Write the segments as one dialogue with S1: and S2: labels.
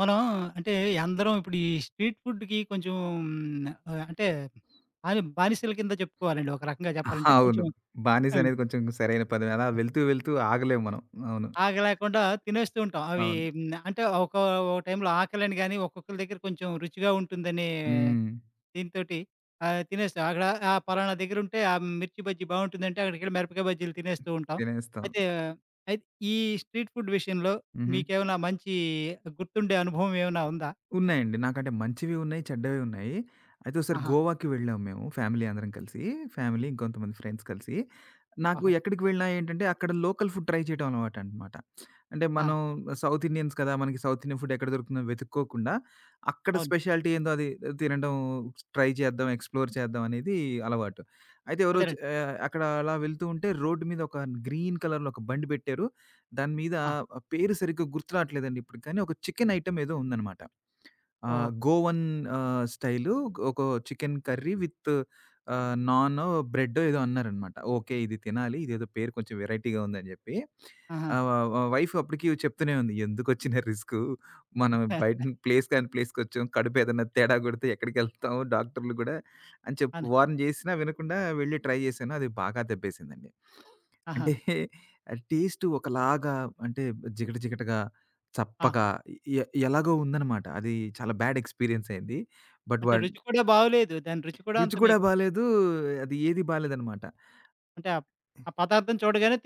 S1: మనం అంటే అందరం ఇప్పుడు ఈ స్ట్రీట్ ఫుడ్‌కి కొంచెం ఆహ్, అంటే బానిసల కింద చెప్పుకోవాలండి. ఒక రకంగా
S2: అహా!
S1: చెప్పాలంటే
S2: అవును.
S1: కొంచెం
S2: బానిస
S1: ఆ,
S2: అనేది కొంచెం సరైన పదం. అలా వెళ్తూ వెళ్తూ ఆగలేము మనం. అవును.
S1: ఆగలేకుండా తినేస్తూ ఉంటాం. అవి
S2: అవును.
S1: అంటే ఓ టైంలో ఆకలని గాని, ఒక్కొక్కళ్ళ దగ్గర కొంచెం రుచిగా ఉంటుందనే
S2: హ్మ్.
S1: దీనితోటి తినేస్తాం. అక్కడ ఆ పలానా దగ్గరుంటే ఆ మిర్చి బజ్జీ బావుంటుందంటే అక్కడికెళ్ళి మిరపకాయ బజ్జీలు తినేస్తూ ఉంటాం.
S2: తినేస్తాం.
S1: అయితే అయితే ఈ స్ట్రీట్ ఫుడ్ విషయంలో
S2: హుహు.
S1: మీకేమైనా మంచి గుర్తుండే అనుభవం ఏమైనా ఉందా?
S2: ఉన్నాయండి. నాకంటే మంచివి ఉన్నాయి, చెడ్డవి ఉన్నాయి. అయితే ఒకసారి
S1: ఆహా!
S2: గోవాకి వెళ్ళాము మేము ఫ్యామిలీ అందరం కలిసి. ఫ్యామిలీ ఇంకొంతమంది ఫ్రెండ్స్ కలిసి. నాకు
S1: ఓహో!
S2: ఎక్కడికి వెళ్ళినా ఏంటంటే అక్కడ లోకల్ ఫుడ్ ట్రై చేయడం అలవాటనమాట. అంటే
S1: ఆ!
S2: మనం సౌత్ ఇండియన్స్ కదా! మనకి సౌత్ ఇండియన్ ఫుడ్ ఎక్కడ దొరుకుతుందో వెతుక్కోకుండా, అక్కడ
S1: అవును.
S2: స్పెషాలిటీ ఏందో అది తినడం ట్రై చేద్దాం, ఎక్స్‌ప్లోర్ చేద్దాం అనేది అలవాటు. అయితే ఎవరో
S1: అదేనండి.
S2: అక్కడ అలా వెళ్తూ ఉంటే రోడ్డు మీద ఒక గ్రీన్ కలర్‌లో ఒక బండి పెట్టారు. దాని మీద
S1: ఆ!
S2: ఆ పేరు సరిగ్గా గుర్తు రావట్లేదండి ఇప్పుడు. కానీ ఒక చికెన్ ఐటెమ్ ఏదో ఉందనమాట.
S1: ఓహో!
S2: గోవన్ స్టైలు ఒక చికెన్ కర్రీ విత్ నానో, బ్రెడ్డో ఏదో అన్నారనమాట. ఓకే. ఇది తినాలి. ఇదేదో పేరు కొంచెం వెరైటీగా ఉందని జెప్పి.
S1: ఆహా!
S2: ఆహ్, వ వైఫ్ అప్పటికి చెప్తూనే ఉంది. "ఎందుకొచ్చిన రిస్కు? మనం
S1: హ!
S2: బయట ప్లేస్ కాని ప్లేస్‌కొచ్చాం. కడుపు ఏదైనా తేడా కొడితే ఎక్కడికెళ్తాం? డాక్టర్లు గూడా" అని చెప్పి
S1: అవును.
S2: వార్న్ జేసినా వినకుండా వెళ్లి ట్రై జేశాను. అది బాగా దెబ్బేసిందండి.
S1: ఆహా!
S2: అంటే టేస్టు ఒకలాగా అంటే జిగట జిగటగా,
S1: ఆ!
S2: చప్పగా ఎలాగో ఉందనమాట. అది చాలా బ్యాడ్ ఎక్స్‌పీరియన్స్ అయింది. బట్
S1: అంటే
S2: వాడ్
S1: రుచి కూడా బాగోలేదు. దాని రుచి కూడా
S2: రుచి
S1: అంత
S2: కూడా
S1: మీకు
S2: బాలేదు. అది ఏది బాలేదనమాట.
S1: అంటే ఆ ఆ పదార్థం చూడగానే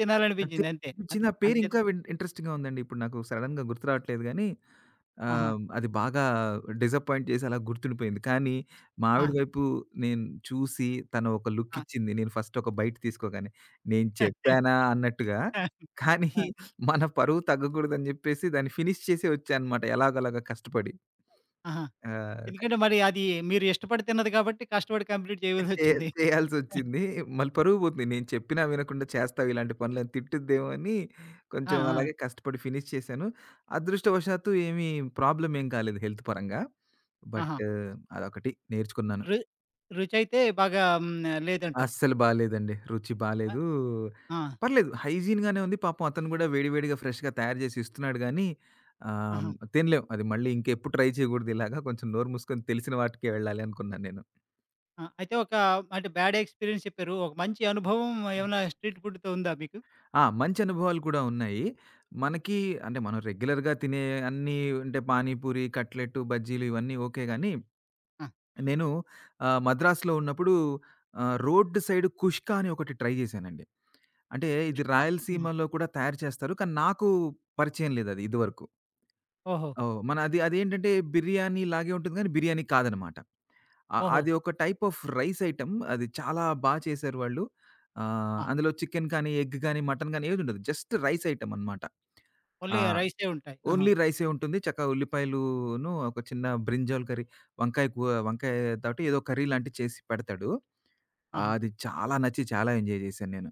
S2: అది
S1: తినాలనిపించింది అంతే.
S2: అనిపించింది. ఆ పేరు
S1: అంతేనా?
S2: ఇంకా ఇంట్రెస్టింగ్‌గా ఉందండి. ఇప్పుడు నాకు సడెన్‌గా గుర్తు రావట్లేదు గానీ,
S1: ఆహా!
S2: అది బాగా డిసప్పాయింట్ చేసి అలా గుర్తుండిపోయింది. కానీ మా
S1: ఆ!
S2: ఆవిడ వైపు నేను చూసి తను ఒక లుక్
S1: ఆ!
S2: ఇచ్చింది. నేను ఫస్ట్ ఒక బైట్ తీసుకోగానే. నేను చెప్పానా అన్నట్టుగా. కానీ
S1: ఆ!
S2: మన పరువు తగ్గకూడదని చెప్పేసి దాన్ని ఫినిష్ చేసి వచ్చా అనమాట ఎలాగోలాగా కష్టపడి.
S1: ఆహా!
S2: ఆహ్
S1: ఎందుకంటే మరి అది మీరు ఇష్టపడి తిన్నది కాబట్టి కష్టపడి కంప్లీట్
S2: చే
S1: చేయవలసొచ్చింది.
S2: చేయాల్సొచ్చింది. మళ్ళీ పరువు పోతుంది. నేను చెప్పినా వినకుండా చేస్తావు ఇలాంటి పనులని తిట్టుద్దేమో అని
S1: ఆ!
S2: కొంచెం
S1: ఆ!
S2: అలాగే కష్టపడి ఫినిష్ చేశాను. అదృష్టవశాత్తు ఏమి ప్రాబ్లమ్ ఏం కాలేదు హెల్త్ పరంగా. బట్
S1: ఆహా!
S2: అదొకటి నేర్చుకున్నాను.
S1: రు రుచయితే బాగా హ్మ్. లేదంటారు.
S2: అస్సలు బాలేదండి. రుచి
S1: అ
S2: బాలేదు.
S1: ఆ!
S2: పర్లేదు హైజీన్‌గానే ఉంది. పాపం అతను గూడా వేడి వేడిగా ఫ్రెష్‌గా తయారు జేసి ఇస్తున్నాడు గానీ
S1: ఆహా!
S2: తినలేం. అది మళ్ళీ ఇంకెప్పుడు ట్రై చేయగూడదు ఇలాగా. కొంచెం నోరు మూసుకొని తెలిసిన వాటికే వెళ్ళాలి అనుకున్నాను నేను.
S1: ఆ! అయితే అంటే బ్యాడ్ ఎక్స్‌పీరియన్స్ చెప్పారు. ఒక మంచి అనుభవం ఏమైనా స్ట్రీట్ ఫుడ్‌తో ఉందా మీకు?
S2: ఆ! మంచి అనుభవాలు కూడా ఉన్నాయి. మనకి అంటే మనం రెగ్యులర్‌గా తినే అన్నీ అంటే పానీపూరి, కట్లెట్, బజ్జీలు ఇవన్నీ ఓకే గానీ,
S1: ఆ!
S2: నేను మద్రాస్‌లో ఉన్నప్పుడు రోడ్ సైడ్ కుష్కా అని ఒకటి ట్రై చేశానండి. అంటే ఇది
S1: ఇష్ట ఆహా!
S2: రాయలసీమలో కూడా తయారు చేస్తారు. కానీ నాకు పరిచయం లేదది ఇదివరకు.
S1: ఓహో!
S2: ఓహ్! మన అది అదేంటంటే బిర్యానీ లాగే ఉంటుంది గానీ బిర్యానీ కాదనమాట. అ
S1: ఓహో!
S2: అది ఒక టైప్ ఆఫ్ రైస్ ఐటెమ్. అది చాలా బా చేశారు వాళ్ళు.
S1: ఆ!
S2: అందులో చికెన్ కానీ, ఎగ్ కానీ, మటన్ కానీ ఏదుండదు. జస్ట్ రైస్ ఐటెమ్ అనమాట. ఆ!
S1: ఓన్లీ రైసే ఉంటాయి. ఆహా!
S2: ఓన్లీ రైసే ఉంటుంది. చక్కగా ఉల్లిపాయలును, ఒక చిన్న బ్రింజాల్ కర్రీ, వంకాయ కూ వంకాయ తోటి ఏదో కర్రీ లాంటిది చేసి పెడతాడు. ఆ,
S1: ఆహా!
S2: అది చాలా నచ్చి చాలా ఎంజాయ్ చేశాను నేను.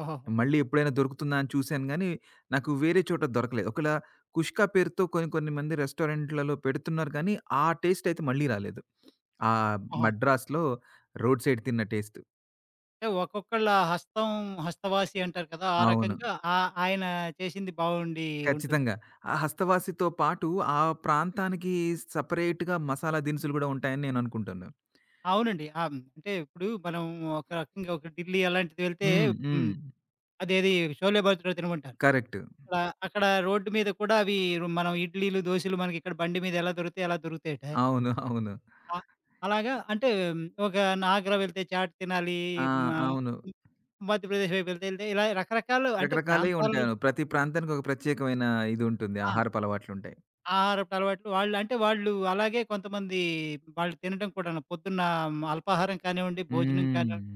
S1: ఓహోహో!
S2: మళ్ళీ ఎప్పుడైనా దొరుకుతుందా అని చూసాను గానీ, నాకు వేరే చోట దొరకలేదు. కుష్కా పేరుతో కొన్ని కొన్ని మంది రెస్టారెంట్లలో పెడుతున్నారు కానీ, ఆ టేస్ట్ అయితే మళ్ళీ రాలేదు. ఆహ్,
S1: ఆహా!
S2: మడ్రాస్‌లో రోడ్ సైడ్ తిన్న టేస్ట్.
S1: అంటే ఒక్కొక్కళ్ళ హస్తం హస్తవాసి అంటారు కదా! ఆ
S2: అవును.
S1: రకంగా ఆ ఆయన చేసింది బావుండి ఉంటుంది.
S2: ఖచ్చితంగా. ఆ హస్తవాసితో పాటు ఆ ప్రాంతానికి సెపరేట్‌గా మసాలా దినుసులు గూడా ఉంటాయని నేను అనుకుంటున్నా.
S1: అవునండి. ఆ! హ్మ్. అంటే ఇప్పుడు మనం ఒక రకంగా ఒక ఢిల్లీ అలాంటిది వెళ్తే
S2: హ్మ్.
S1: హ్మ్.
S2: హ్మ్.
S1: అదేది షోలే భటూరే తినమంటారు.
S2: కరెక్ట్.
S1: అక్కడ అక్కడ రోడ్డు మీద కూడా అవి మనం ఇడ్లీలు, దోసలు మనకి ఇక్కడ బండి మీద ఎలా దొరుకుతాయి అలా దొరుకుతాయట.
S2: అవును. అవును.
S1: ఆ! అలాగా అంటే ఒక ఆగ్రా వెళ్తే చాట్ తినాలి.
S2: ఆ!
S1: మా
S2: అవును.
S1: మధ్యప్రదేశ్ వైపు వెళ్తే ఇలా రకరకాలు అంటే
S2: రకరకాలయి
S1: ప్రాంతాలు
S2: ఉంటాను. ప్రతి ప్రాంతానికి ఒక ప్రత్యేకమైన ఇది ఉంటుంది.
S1: ఆ!
S2: ఆహారపు అలవాట్లుంటాయి.
S1: ఆహారపు అలవాట్లు వాళ్ళు అంటే వాళ్ళు అలాగే కొంతమంది వాళ్ళు తినడం కూడాను. పొద్దున్న అల్పాహారం కానివ్వండి, భోజనం
S2: హ్మ్.
S1: కానివ్వండి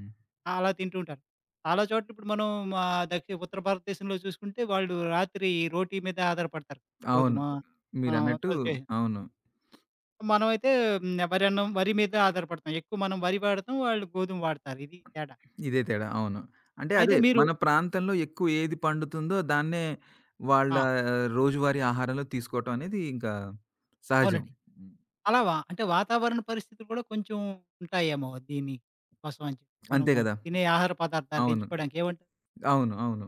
S1: అలా తింటూ ఉంటారు. చాలా చోట్ల ఇప్పుడు మనం మా ఉత్తర భారతదేశంలో చూసుకుంటే వాళ్ళు రాత్రి రోటీ మీద ఆధారపడతారు. గోధుమ
S2: అవును.
S1: ఆహ్,
S2: మీరన్నట్టు
S1: ఓకే.
S2: అవును.
S1: మనమైతే హ్మ్. వరన్నం వరి మీద ఆధారపడతాం. ఎక్కువ మనం వరి వాడతాం. వాళ్ళు గోధుమ వాడతారు. ఇది తేడా.
S2: ఇదే తేడా. అవును. అంటే అదే
S1: అయితే మీరు
S2: మన ప్రాంతంలో ఎక్కువ ఏది పండుతుందో దాన్నే వాళ్ళ
S1: ఆ!
S2: రోజువారీ ఆహారంలో తీసుకోవటం అనేది ఇంకా సహజం.
S1: అవునండి. అలా వా అంటే వాతావరణ పరిస్థితులు కూడా కొంచెం ఉంటాయేమో దీని కోసం అని చెప్పి.
S2: అంతే
S1: మనము
S2: గదా!
S1: తినే ఆహార పదార్థాలు
S2: అవును.
S1: ఎంచుకోవడానికి ఏమంటారు?
S2: అవును. అవును.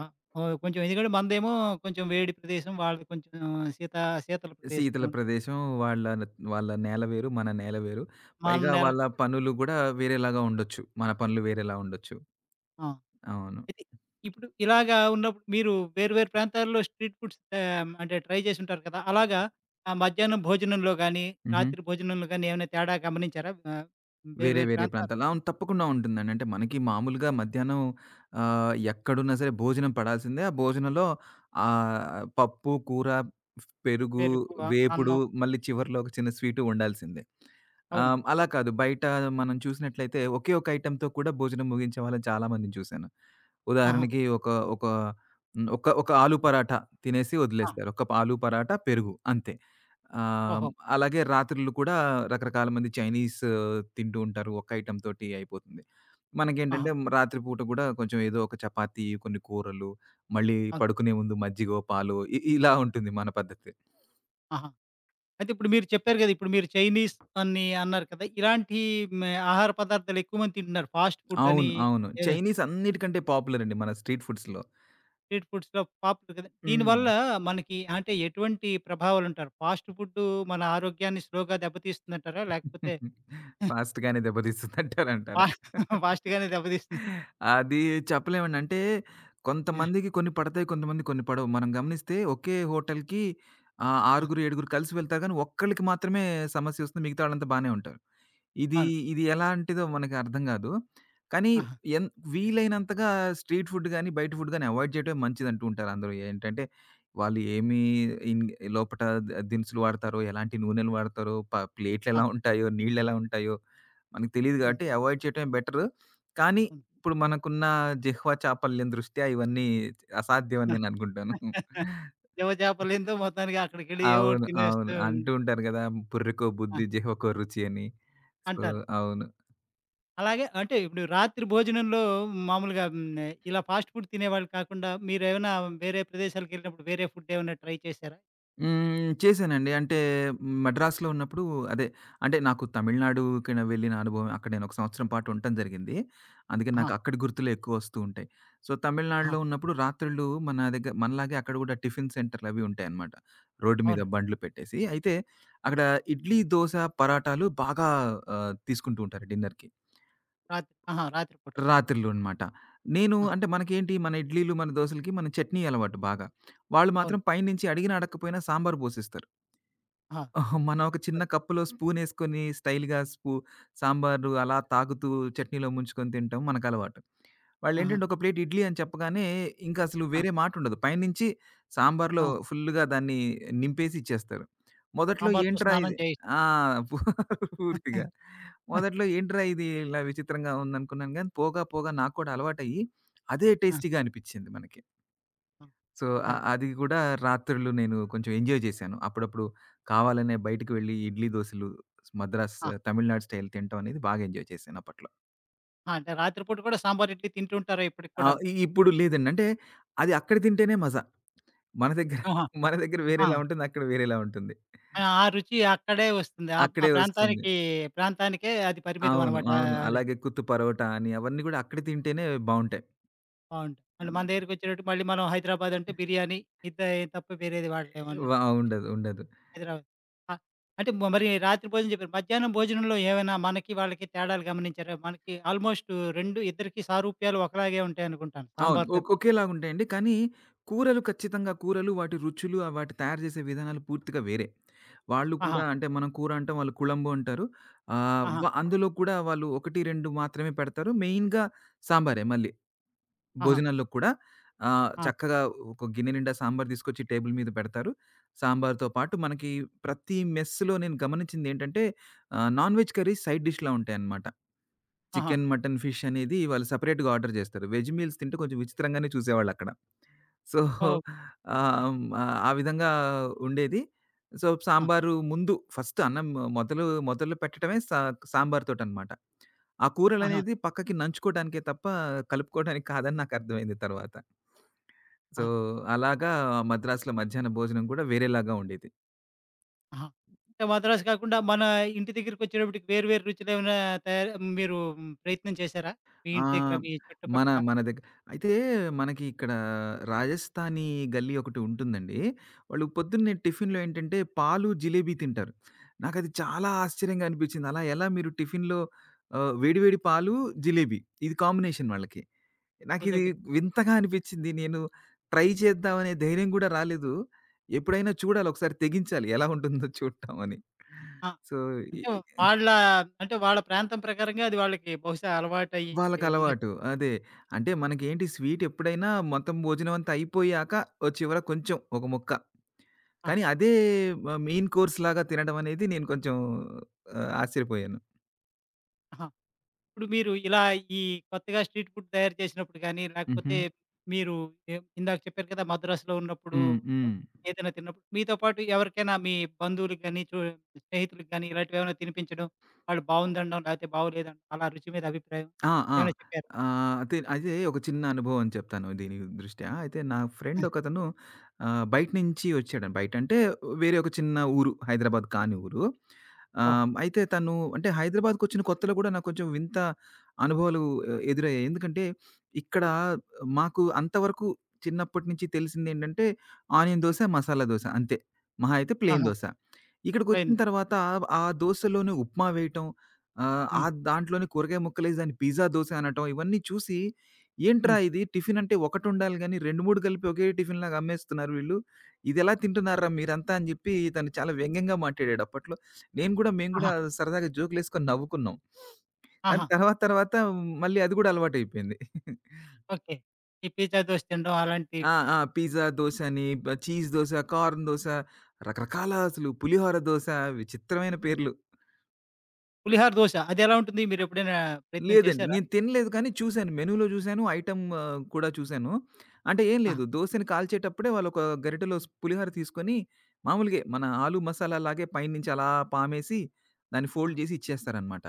S1: ఆ! ఓహ్! కొంచెం ఎందుకంటే మనదేమో కొంచెం వేడి ప్రదేశం, వాళ్ళది కొంచెం శీత శీతల ప్రదేశం.
S2: శీతల ప్రదేశం వాళ్ళ వాళ్ళ నేల వేరు, మన నేల వేరు.
S1: మన
S2: పైగా
S1: నేల
S2: వాళ్ళ పనులు గూడా వేరేలాగా ఉండొచ్చు. మన పనులు వేరేలా ఉండొచ్చు.
S1: ఆ!
S2: అవును.
S1: అయితే ఇప్పుడు ఇలాగా ఉన్నప్పుడు మీరు వేరు వేరు ప్రాంతాల్లో స్ట్రీట్ ఫుడ్స్ అంటే ట్రై చేసుంటారు కదా! అలాగా ఆ మధ్యాహ్నం భోజనంలో గానీ,
S2: హుహు.
S1: రాత్రి భోజనంలో గానీ ఏమైనా తేడా గమనించారా? ఆహ్, వేరు
S2: వేరే,
S1: వేరు
S2: వేరే
S1: ప్రాంతాలు
S2: ప్రాంతాలు. అవును. తప్పకుండా ఉంటుందండి. అంటే మనకి మామూలుగా మధ్యాహ్నం ఎక్కడున్నా సరే భోజనం పడాల్సిందే. ఆ భోజనంలో పప్పు, కూర, పెరుగు,
S1: పేరు ఎక్కువ
S2: వేపుడు
S1: అన్నం
S2: మళ్ళీ చివర్లో ఒక చిన్న స్వీటు ఉండాల్సిందే.
S1: అవును.
S2: అలా కాదు బయట మనం చూసినట్లయితే ఒకే ఒక ఐటెమ్‌తో కూడా భోజనం ముగించే వాళ్ళని చాలామందిని చూశాను.
S1: ఆహా!
S2: ఉదాహరణకి ఒక ఒక హ్మ్, ఒక ఒక ఆలు పరాటా తినేసి
S1: ఆ!
S2: వదిలేస్తారు. ఒక ఆలు పరాటా, పెరుగు అంతే. ఆహ్,
S1: ఓహో!
S2: అలాగే రాత్రులు కూడా రకరకాల మంది చైనీస్ ఆ, తింటూ ఉంటారు. ఒక్క ఐటెమ్ తోటి అయిపోతుంది.
S1: ఆహా!
S2: మనకేంటంటే రాత్రి పూట కూడా కొంచెం ఏదో ఒక చపాతీ, కొన్ని కూరలు, మళ్ళీ
S1: అవును.
S2: పడుకునే ముందు మజ్జిగో, పాలో ఇలా ఉంటుంది మన పద్ధతి.
S1: ఆహా! అయితే ఇప్పుడు మీరు చెప్పారు గదా! ఇప్పుడు మీరు చైనీస్ అని అన్నారు కదా! ఇలాంటి హ్మ్, ఆహార పదార్థాలు ఎక్కువ మంది తింటున్నారు. ఫాస్ట్ ఫుడ్ అని
S2: అవును. అవును.
S1: ఏదో
S2: చైనీస్ అన్నిటికంటే పాపులర్ అండి మన స్ట్రీట్ ఫుడ్స్‌లో.
S1: స్ట్రీట్ ఫుడ్స్‌లో పాపులర్ కదా!
S2: హ్మ్.
S1: దీనివల్ల మనకి అంటే ఎటువంటి ప్రభావాలుంటారు? ఫాస్ట్ ఫుడ్ మన ఆరోగ్యాన్ని స్లోగా దెబ్బతీస్తుందంటారా? లేకపోతే
S2: ఫాస్ట్‌గానే
S1: ఫా
S2: దెబ్బతీస్తుందంటారంటారా?
S1: ఫాస్ట్‌గానే దెబ్బతీస్తుంది.
S2: అది చెప్పలేమండి. అంటే
S1: ఆ!
S2: కొంతమందికి కొన్ని పడతాయి. కొంతమందికి కొన్ని పడవు. మనం గమనిస్తే ఒకే హోటల్‌కి
S1: ఆ!
S2: ఆరుగురు, ఏడుగురు కలిసి వెళ్తారు కానీ ఒక్కళ్ళకి మాత్రమే సమస్యొస్తుంది. మిగతా వాళ్ళంతా బానే ఉంటారు. ఇది
S1: అవును.
S2: ఇది ఎలాంటిదో మనకి అర్థం గాదు. కానీ
S1: ఆహా!
S2: ఎన్ వీలైనంతగా స్ట్రీట్ ఫుడ్ గాని, బయట ఫుడ్ గాని అవాయిడ్ చేయడమే మంచిదంటూ ఉంటారు అందరూ. ఏంటంటే వాళ్ళు ఏమి ఇన్ లోపట దినుసులు వాడతారో, ఎలాంటి నూనెలు వాడతారో,
S1: ఆ!
S2: ప్లేట్లెలా ఉంటాయో, నీళ్ళెలా ఉంటాయో మనకు తెలీదు
S1: హ్మ్.
S2: గాబట్టి అవాయిడ్ చేయడమే బెటరు. కానీ
S1: హ్మ్.
S2: ఇప్పుడు మనకున్న జిహ్వ చాపల్యం దృష్ట్యా ఇవన్నీ అసాధ్యం అని
S1: ఆ!
S2: నేననుకుంటాను.
S1: ఎవజాపర్లేనిదో మొత్తానికి అక్కడికెళ్ళి ఏవో ఒకటి
S2: అవును.
S1: తినేస్తూ
S2: అవును.
S1: ఉం-
S2: అంటూ ఉంటారు గదా! "బుర్రకో
S1: ఆ!
S2: బుద్ధి, జిహ్వకో రుచి" అని. సో,
S1: అంటారు.
S2: అవును.
S1: అలాగే అంటే ఇప్పుడు రాత్రి భోజనంలో మామూలుగా హ్మ్, ఇలా ఫాస్ట్ ఫుడ్ తినేవాళ్ళు కాకుండా మీరేమైనా వేరే ప్రదేశాలకెళ్ళినప్పుడు వేరే ఫుడ్ ఏమైనా ట్రై చేశారా?
S2: హ్మ్. చేశానండి. అంటే మద్రాసులో ఉన్నప్పుడు అదే అంటే నాకు తమిళనాడుకి వెళ్ళిన అనుభవం అక్కడ నేను ఒక సంవత్సరం పాటు ఉండటం జరిగింది. అందుకని
S1: ఆహా!
S2: నాకు అక్కడి గుర్తులే ఎక్కువ వస్తూ ఉంటాయి. సో,
S1: ఆహా!
S2: తమిళనాడులో ఉన్నప్పుడు రాత్రుళ్ళు మన దగ్గర మనలాగే అక్కడ కూడా టిఫిన్ సెంటర్‌లు అవి ఉంటాయన్నమాట. రోడ్డు మీద
S1: అవునండి.
S2: బండ్లు పెట్టేసి. అయితే అక్కడ ఇడ్లీ, దోస, పరాటాలు బాగా తీసుకుంటూ ఉంటారు డిన్నర్‌కి.
S1: రాత్రి ఆహా! రాత్రి పూట.
S2: రాత్రిళ్ళు అన్నమాట. నేను
S1: ఆ!
S2: అంటే మనకేంటి మన ఇడ్లీలు, మన దోసలకి మన చట్నీ అలవాటు బాగా. వాళ్ళు
S1: అవును.
S2: మాత్రం పైనుంచి అడిగినా అడగకపోయినా సాంబార్ పోసిస్తారు.
S1: ఆహా!
S2: ఆహా! మనం ఒక
S1: అంటే,
S2: చిన్న కప్పులో స్పూనేసుకొని స్టైల్‌గా సాంబారు అలా తాగుతూ చట్నీలో ముంచుకొని తింటాం మనకలవాటు.
S1: ఆహా!
S2: వాళ్ళేంటంటే ఒక ప్లేట్ ఇడ్లీ అని చెప్పగానే ఇంకసలు
S1: ఆ!
S2: వేరే మాటుండదు. పైనుంచి సాంబార్‌లో
S1: ఆ!
S2: ఫుల్‌గా దాన్ని నింపేసి ఇచ్చేస్తారు. మొదట్లో
S1: సాంబార్‌తో
S2: ఏంట్రా
S1: స్నానం
S2: ఇది
S1: చేయి
S2: ఆ! పూ పూర్తిగా.
S1: ఆ!
S2: మొదట్లో ఏంట్రా ఇది ఇలా విచిత్రంగా ఉందనుకున్నాను గానీ పోగా పోగా నాకు కూడా అలవాటయ్యి అదే
S1: ఆ!
S2: టేస్టీగా అనిపిచ్చింది మనకి. సో,
S1: ఆ!
S2: అది గూడా రాత్రుళ్ళు నేను కొంచెం ఎంజాయ్ జేశాను. అప్పుడప్పుడు కావాలనే బయటికి వెళ్లి ఇడ్లీ, దోసలు మద్రాస్
S1: ఆ!
S2: తమిళనాడు స్టైల్ తినటం అనేది బాగా ఎంజాయ్ చేశాను అప్పట్లో.
S1: అంటే రాత్రి పూట కూడా సాంబార్, ఇడ్లీ తింటూ ఉంటారా ఇప్పటికి
S2: ఆ!
S1: కూడాను?
S2: ఇప్పుడు లేదండి. అంటే అది అక్కడ తింటేనే మజా. మన దగ్గర
S1: ఆహా!
S2: మన దగ్గర
S1: ఆ!
S2: వేరేలా ఉంటుంది. అక్కడ వేరేలా ఉంటుంది.
S1: ఆ రుచి అక్కడే వస్తుంది. ఆ ఆ
S2: అక్కడే వస్తుంది.
S1: ప్రాంతానికి ప్రాంతానికే అది పరిమితం
S2: అవును.
S1: అన్నమాట.
S2: అవును. అలాగే కుత్తు పరోటా అని అవన్నీ గూడా అక్కడ తింటేనే బావుంటాయి.
S1: బావుంటది. అంటే మన
S2: ఆహ్,
S1: దగ్గరికొచ్చేటట్టు మళ్ళీ మనం హైదరాబాద్ అంటే బిర్యానీ ఇంత తప్ప వేరేది వాడలేమన్నట్టు.
S2: వ ఉండదు. ఉండదు.
S1: హైదరాబాద్. ఆ! అంటే మరి రాత్రి భోజనం చెప్పారు. మధ్యాహ్నం భోజనంలో ఏమైనా మనకి, వాళ్ళకి తేడాలు గమనించారా? మనకి ఆల్‌మోస్ట్ 2 ఇద్దరికీ సారూప్యాలు ఒకలాగే ఉంటాయనుకుంటాను.
S2: అవును.
S1: సాంబార్ తప్పి.
S2: ఒకేలాగుంటాయండి. కానీ కూరలు ఖచ్చితంగా కూరలు, వాటి రుచులు, ఆ వాటి తయారు చేసే విధానాలు పూర్తిగా వేరే. వాళ్ళు
S1: ఆహా!
S2: కూడా అంటే మనం కూర అంటాం, వాళ్ళు కుళంబు అంటారు. ఆహ్,
S1: ఆహా!
S2: వ అందులో కూడా వాళ్ళు 1, 2 మాత్రమే పెడతారు. మెయిన్‌గా సాంబారే మళ్ళీ.
S1: ఆహా!
S2: భోజనాల్లో కూడా
S1: ఆ!
S2: చక్కగా ఒక గిన్నె నిండా సాంబార్ తీసుకొచ్చి టేబుల్ మీద పెడతారు. సాంబార్‌తో పాటు మనకి ప్రతి మెస్‌లో నేను గమనించిందేంటంటే నాన్ వెజ్ కర్రీస్ సైడ్ డిష్‌లా ఉంటాయన్నమాట.
S1: ఆహా!
S2: చికెన్, మటన్, ఫిష్ అనేది వాళ్ళు సెపరేట్‌గా ఆర్డర్ జేస్తారు. వెజ్ మీల్స్ తింటే కొంచెం విచిత్రంగానే చూసేవాళ్ళక్కడ. సో,
S1: ఓహో! అంతే.
S2: ఆ విధంగా ఉండేది. సో,
S1: ఆ!
S2: సాంబారు ముందు ఫస్ట్ అన్నం మొదలు మొదలు పెట్టడమే సాంబార్ తోటనమాట. ఆ
S1: ఆహా!
S2: కూరలనేది పక్కకి నంచుకోవడానికే తప్ప కలుపుకోవడానికి కాదని నాకర్థమైంది తర్వాత. సో,
S1: ఆహా!
S2: అలాగా మద్రాసులో మధ్యాహ్న భోజనం గూడా వేరేలాగా ఉండేది.
S1: ఆహా! అంటే మద్రాసు కాకుండా మన ఇంటి దగ్గరికొచ్చేటప్పటికి వేరు వేరు రుచులేమైనా తయారు మీరు మ్, ప్రయత్నం చేశారా? మీ
S2: ఆ!
S1: ఇంటి దగ్గర, మీ
S2: మన
S1: చుట్టుపక్కల?
S2: మన దగ్గర అయితే మనకి ఇక్కడ రాజస్థానీ గల్లీ ఒకటి ఉంటుందండి. వాళ్ళు పొద్దున్నే టిఫిన్‌లో ఏంటంటే పాలు, జిలేబీ తింటారు. నాకది చాలా ఆశ్చర్యంగా అనిపించింది. అలా ఎలా మీరు టిఫిన్‌లో వేడి వేడి పాలు, జిలేబీ ఇది కాంబినేషన్ వాళ్ళకి. నాకిది
S1: తెలియదు.
S2: వింతగా అనిపించింది. నేను ట్రై చేద్దాం అనే ధైర్యం కూడా రాలేదు. ఎప్పుడైనా చూడాలి ఒకసారి తెగించాలి ఎలా ఉంటుందో చూడటం అని. సో, ఇ
S1: అంటే వాళ్ళ అంటే వాళ్ళ ప్రాంతం ప్రకారంగా అది వాళ్ళకి బహుశా అలవాటయ్యి ఉండొచ్చు.
S2: వాళ్ళకలవాటు. అదే. అంటే మనకేంటి స్వీట్ ఎప్పుడైనా మొత్తం భోజనం అంతా అయిపోయాక ఓ చివర కొంచెం ఒక ముక్క.
S1: ఆ!
S2: కానీ అదే మెయిన్ కోర్స్‌లాగా తినడం అనేది నేను కొంచెం ఆశ్చర్యపోయాను.
S1: ఆహా! ఇప్పుడు మీరు ఇలా ఈ కొత్తగా స్ట్రీట్ ఫుడ్ తయారు చేసినప్పుడు గానీ,
S2: హుహు.
S1: లేకపోతే మీరు ఎ ఇందాక చెప్పారు కదా! మద్రాసులో ఉన్నప్పుడు
S2: హ్మ్. హ్మ్.
S1: ఏదైనా తిన్నప్పుడు మీతో పాటు ఎవరికైనా మీ బంధువులకి గానీ, స్నేహితులకి గానీ ఇలాంటివి ఏమైనా తినిపించడం, వాళ్ళు బావుందనడం, లేకపోతే బాగోలేదనడం అలా రుచి మీద అభిప్రాయం
S2: ఆ! ఆ!
S1: ఏమైనా చెప్పారా?
S2: ఆహ్, అతే అదే ఒక చిన్న అనుభవం చెప్తాను దీని దృష్ట్యా. అయితే నా
S1: ఆ!
S2: ఫ్రెండ్ ఒకతను బయట నుంచి వచ్చాడండి. బయటంటే వేరే ఒక చిన్న ఊరు. హైదరాబాద్ కాని ఊరు.
S1: ఓహో!
S2: అయితే తను అంటే హైదరాబాద్‌కొచ్చిన కొత్తలో గూడా నాకు కొంచెం వింత అనుభవాలు ఎదురయ్యాయి. ఎందుకంటే ఇక్కడ మాకు అంతవరకు చిన్నప్పటి నుంచి తెలిసిందేంటంటే ఆనియన్ దోస,
S1: హ్మ్.
S2: మసాలా దోస అంతే. మహా అయితే ప్లెయిన్
S1: ఆహా!
S2: దోస. ఇక్కడికొచ్చిన
S1: పోయింది.
S2: తర్వాత ఆ దోసలోనే ఉప్మా వేయటం, ఆ! ఆ
S1: హ్మ్.
S2: దాంట్లోనే కూరగాయ ముక్కలేసి దాన్ని పిజ్జా దోస అనటం ఇవన్నీ చూసి, ఏంట్రా
S1: హ్మ్.
S2: ఇది టిఫిన్ అంటే ఒకటుండాలి గానీ 2, 3 కలిపి ఒకే టిఫిన్‌లాగా అమ్మేస్తున్నారు వీళ్ళు. ఇదెలా తింటున్నార్రా మీరంతా అని జెప్పి తను చాలా వ్యంగ్యంగా మాట్లాడాడు అప్పట్లో. నేను గూడా మేము
S1: ఆహా!
S2: గూడా సరదాగా జోకులేసుకొని నవ్వుకున్నాం. కానీ
S1: ఆహా!
S2: తర్వాత తర్వాత మళ్ళీ అది గూడా అలవాటయిపోయింది.
S1: ఓకే. ఈ పిజ్జా, దోస తినడం
S2: ఆ!
S1: అలాంటివి
S2: ఆ! పిజ్జా దోస అని, చీజ్ దోస, కార్న్ దోస రకరకాల అసలు పులిహోర దోస విచిత్రమైన పేర్లు.
S1: పులిహార దోస. అదెలా ఉంటుంది? మీరెప్పుడైనా ప్రయత్నం
S2: లేదండి.
S1: చేశారా?
S2: నేను తినలేదు కానీ చూసాను. మెనూలో చూసాను. ఐటెమ్ కూడా చూసాను. అంటే ఏం
S1: ఆహా!
S2: లేదు దోసని కాల్చేటప్పుడే వాళ్ళొక గరిటెలో పులిహోర తీసుకొని మామూలుగే మన ఆలు మసాలా లాగే పైనుంచి అలా పామేసి దాన్ని
S1: ఆహా!
S2: ఫోల్డ్ చేసి ఇచ్చేస్తారనమాట.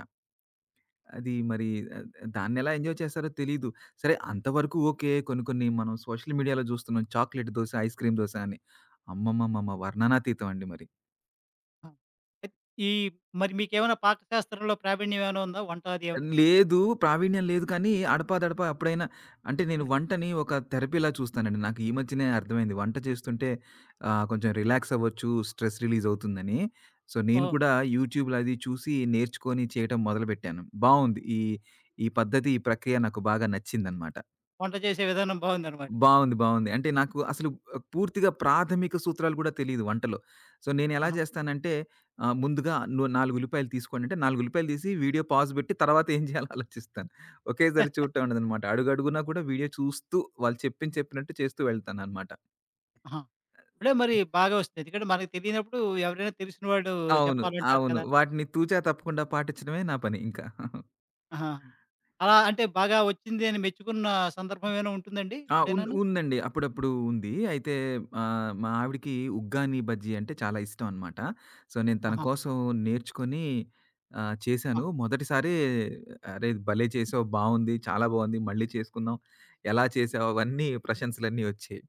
S2: అది మరి ఆహ్, దాన్నెలా ఎంజాయ్ చేస్తారో తెలీదు. సరే అంతవరకు ఓకే. కొన్ని కొన్ని మనం సోషల్ మీడియాలో చూస్తున్నాం chocolate dosa, ice cream dosa అని. అమ్మమ్మమ్మమ్మ! వర్ణనాతీతం అండి మరి.
S1: ఆ! అయిత్ ఈ మరి మీకేమైనా పాకశాస్త్రంలో ప్రావీణ్యం ఏమైనా ఉందా? వంట అది ఏమన్నా?
S2: లేదు. ప్రావీణ్యం లేదు కానీ, అడపాదడపా అప్పుడైనా అంటే నేను వంటని ఒక థెరపీలా చూస్తానండి. నాకు ఈ మధ్యనే అర్థమైంది. వంట చేస్తుంటే కొంచెం రిలాక్స్ అవ్వచ్చు, స్ట్రెస్ రిలీజ్ అవుతుందని. సో, నేను
S1: ఓహో!
S2: కూడా యూట్యూబ్‌లో అది చూసి నేర్చుకొని చేయటం మొదలుపెట్టాను. బావుంది. ఈ పద్ధతి, ఈ ప్రక్రియ నాకు బాగా నచ్చిందనమాట.
S1: వంట చేసే విధానం బావుందనమాట.
S2: బావుంది. బావుంది. అంటే నాకు అసలు పూర్తిగా ప్రాథమిక సూత్రాలు గూడా తెలీదు వంటలో. సో, నేనెలా
S1: ఆహా!
S2: జేస్తానంటే ముందుగా నువ్వు 4 ఉల్లిపాయలు తీసుకోండి అంటే 4 ఉల్లిపాయలు తీసి వీడియో పాజ్ బెట్టి తర్వాత ఏం జేయాలో ఆలోచిస్తాను. ఒకేసారి చూడటం ఉండదనమాట. అడుగడుగునా కూడా వీడియో చూస్తూ వాళ్ళు చెప్పింది చెప్పినట్టు చేస్తూ వెళ్తాననమాట.
S1: ఆహా! అప్పుడే మరి బాగా వస్తుంది. ఎందుకంటే మనకు తెలియనప్పుడు ఎవరైనా తెలిసిన వాళ్ళు
S2: అవును.
S1: చెప్పాలంటారు
S2: అవును.
S1: కదా!
S2: వాటిని తూచా తప్పకుండా పాటించడమే నా పని ఇంకా.
S1: ఆహా! అలా అంటే బాగా వచ్చింది అని మెచ్చుకున్న సందర్భం ఏమైనా ఉంటుందండి
S2: ఆ!
S1: ఎప్పుడైనాను?
S2: ఉందండి. అప్పుడప్పుడు ఉంది. అయితే మా ఆవిడకి ఉగ్గాని బజ్జీ అంటే చాలా ఇష్టం అనమాట. సో, నేను తన
S1: ఆహా!
S2: కోసం నేర్చుకొని
S1: ఆ!
S2: చేశాను. మొదటిసారే "అరే! భలే చేసావు, బావుంది, చాలా బావుంది, మళ్ళీ చేసుకుందాం. ఎలా చేసావు?" అవన్నీ ప్రశంసలన్నీ వచ్చాయి.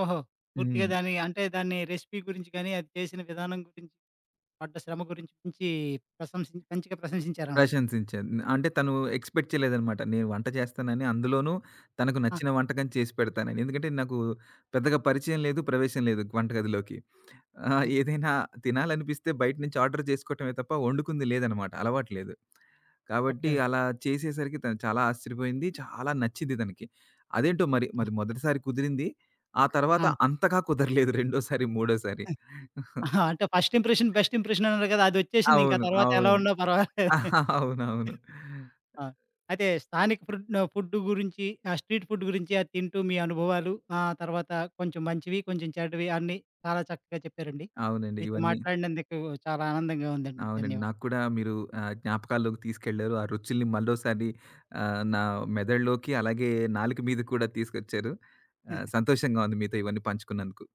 S1: ఓహో!
S2: హ్మ్.
S1: పూర్తిగా దాని అంటే దాన్ని రెసిపీ గురించి గాని, అది చేసిన విధానం గురించి, పడ్డ శ్రమ గురించి మంచి మంచిగా ప్రశంసించారనమాట.
S2: ప్రశంసించాను. అంటే తను ఎక్స్‌పెక్ట్ చేయలేదనమాట. నేను వంట చేస్తానని, అందులోనూ తనకు
S1: ఆ!
S2: నచ్చిన వంటకం చేసి పెడతానని. ఎందుకంటే నాకు పెద్దగా పరిచయం లేదు, ప్రవేశం లేదు వంటగదిలోకి. ఆ!
S1: హ్మ్.
S2: ఏదైనా తినాలనిపిస్తే బయట నుంచి ఆర్డర్ చేసుకోవటమే తప్ప వండుకుంది లేదనమాట. అలవాటు లేదు. కాబట్టి
S1: ఓకే.
S2: అలా చేసేసరికి తను చాలా ఆశ్చర్యపోయింది. చాలా నచ్చింది తనకి. అదేంటో మరి, మరి మొదటిసారి కుదిరింది. ఆ తర్వాత
S1: ఆ!
S2: అంతగా కుదరలేదు రెండోసారి, మూడోసారి.
S1: అహా! అంటే ఫస్ట్ ఇంప్రెషన్ బెస్ట్ ఇంప్రెషన్ అన్నారు కదా! అదొచ్చేసింది. ఇంకా
S2: అవును.
S1: తర్వాత ఎలా
S2: అవును.
S1: ఉన్నా పర్వాలేదు.
S2: అవునవును.
S1: ఆ! అయితే స్థానిక ఫుడ్ ఫుడ్ గురించి, ఆ స్ట్రీట్ ఫుడ్ గురించి అది తింటూ మీ అనుభవాలు, ఆ తర్వాత కొంచెం మంచివి, కొంచెం చెడ్డవి అన్నీ చాలా చక్కగా చెప్పారండి.
S2: అవునండి.
S1: మీతో
S2: ఇవన్నీ
S1: మాట్లాడినందుకు చాలా ఆనందంగా ఉందండి.
S2: అవునండి. నాకు కూడా మీరు జ్ఞాపకాల్లోకి తీసుకెళ్లారు. ఆ రుచుల్ని మరోసారి నా మెదడులోకి అలాగే నాలుక మీద కూడా తీసుకొచ్చారు.
S1: ధన్యవాదాలు.
S2: సంతోషంగా ఉంది మీతో ఇవన్నీ పంచుకున్నందుకు.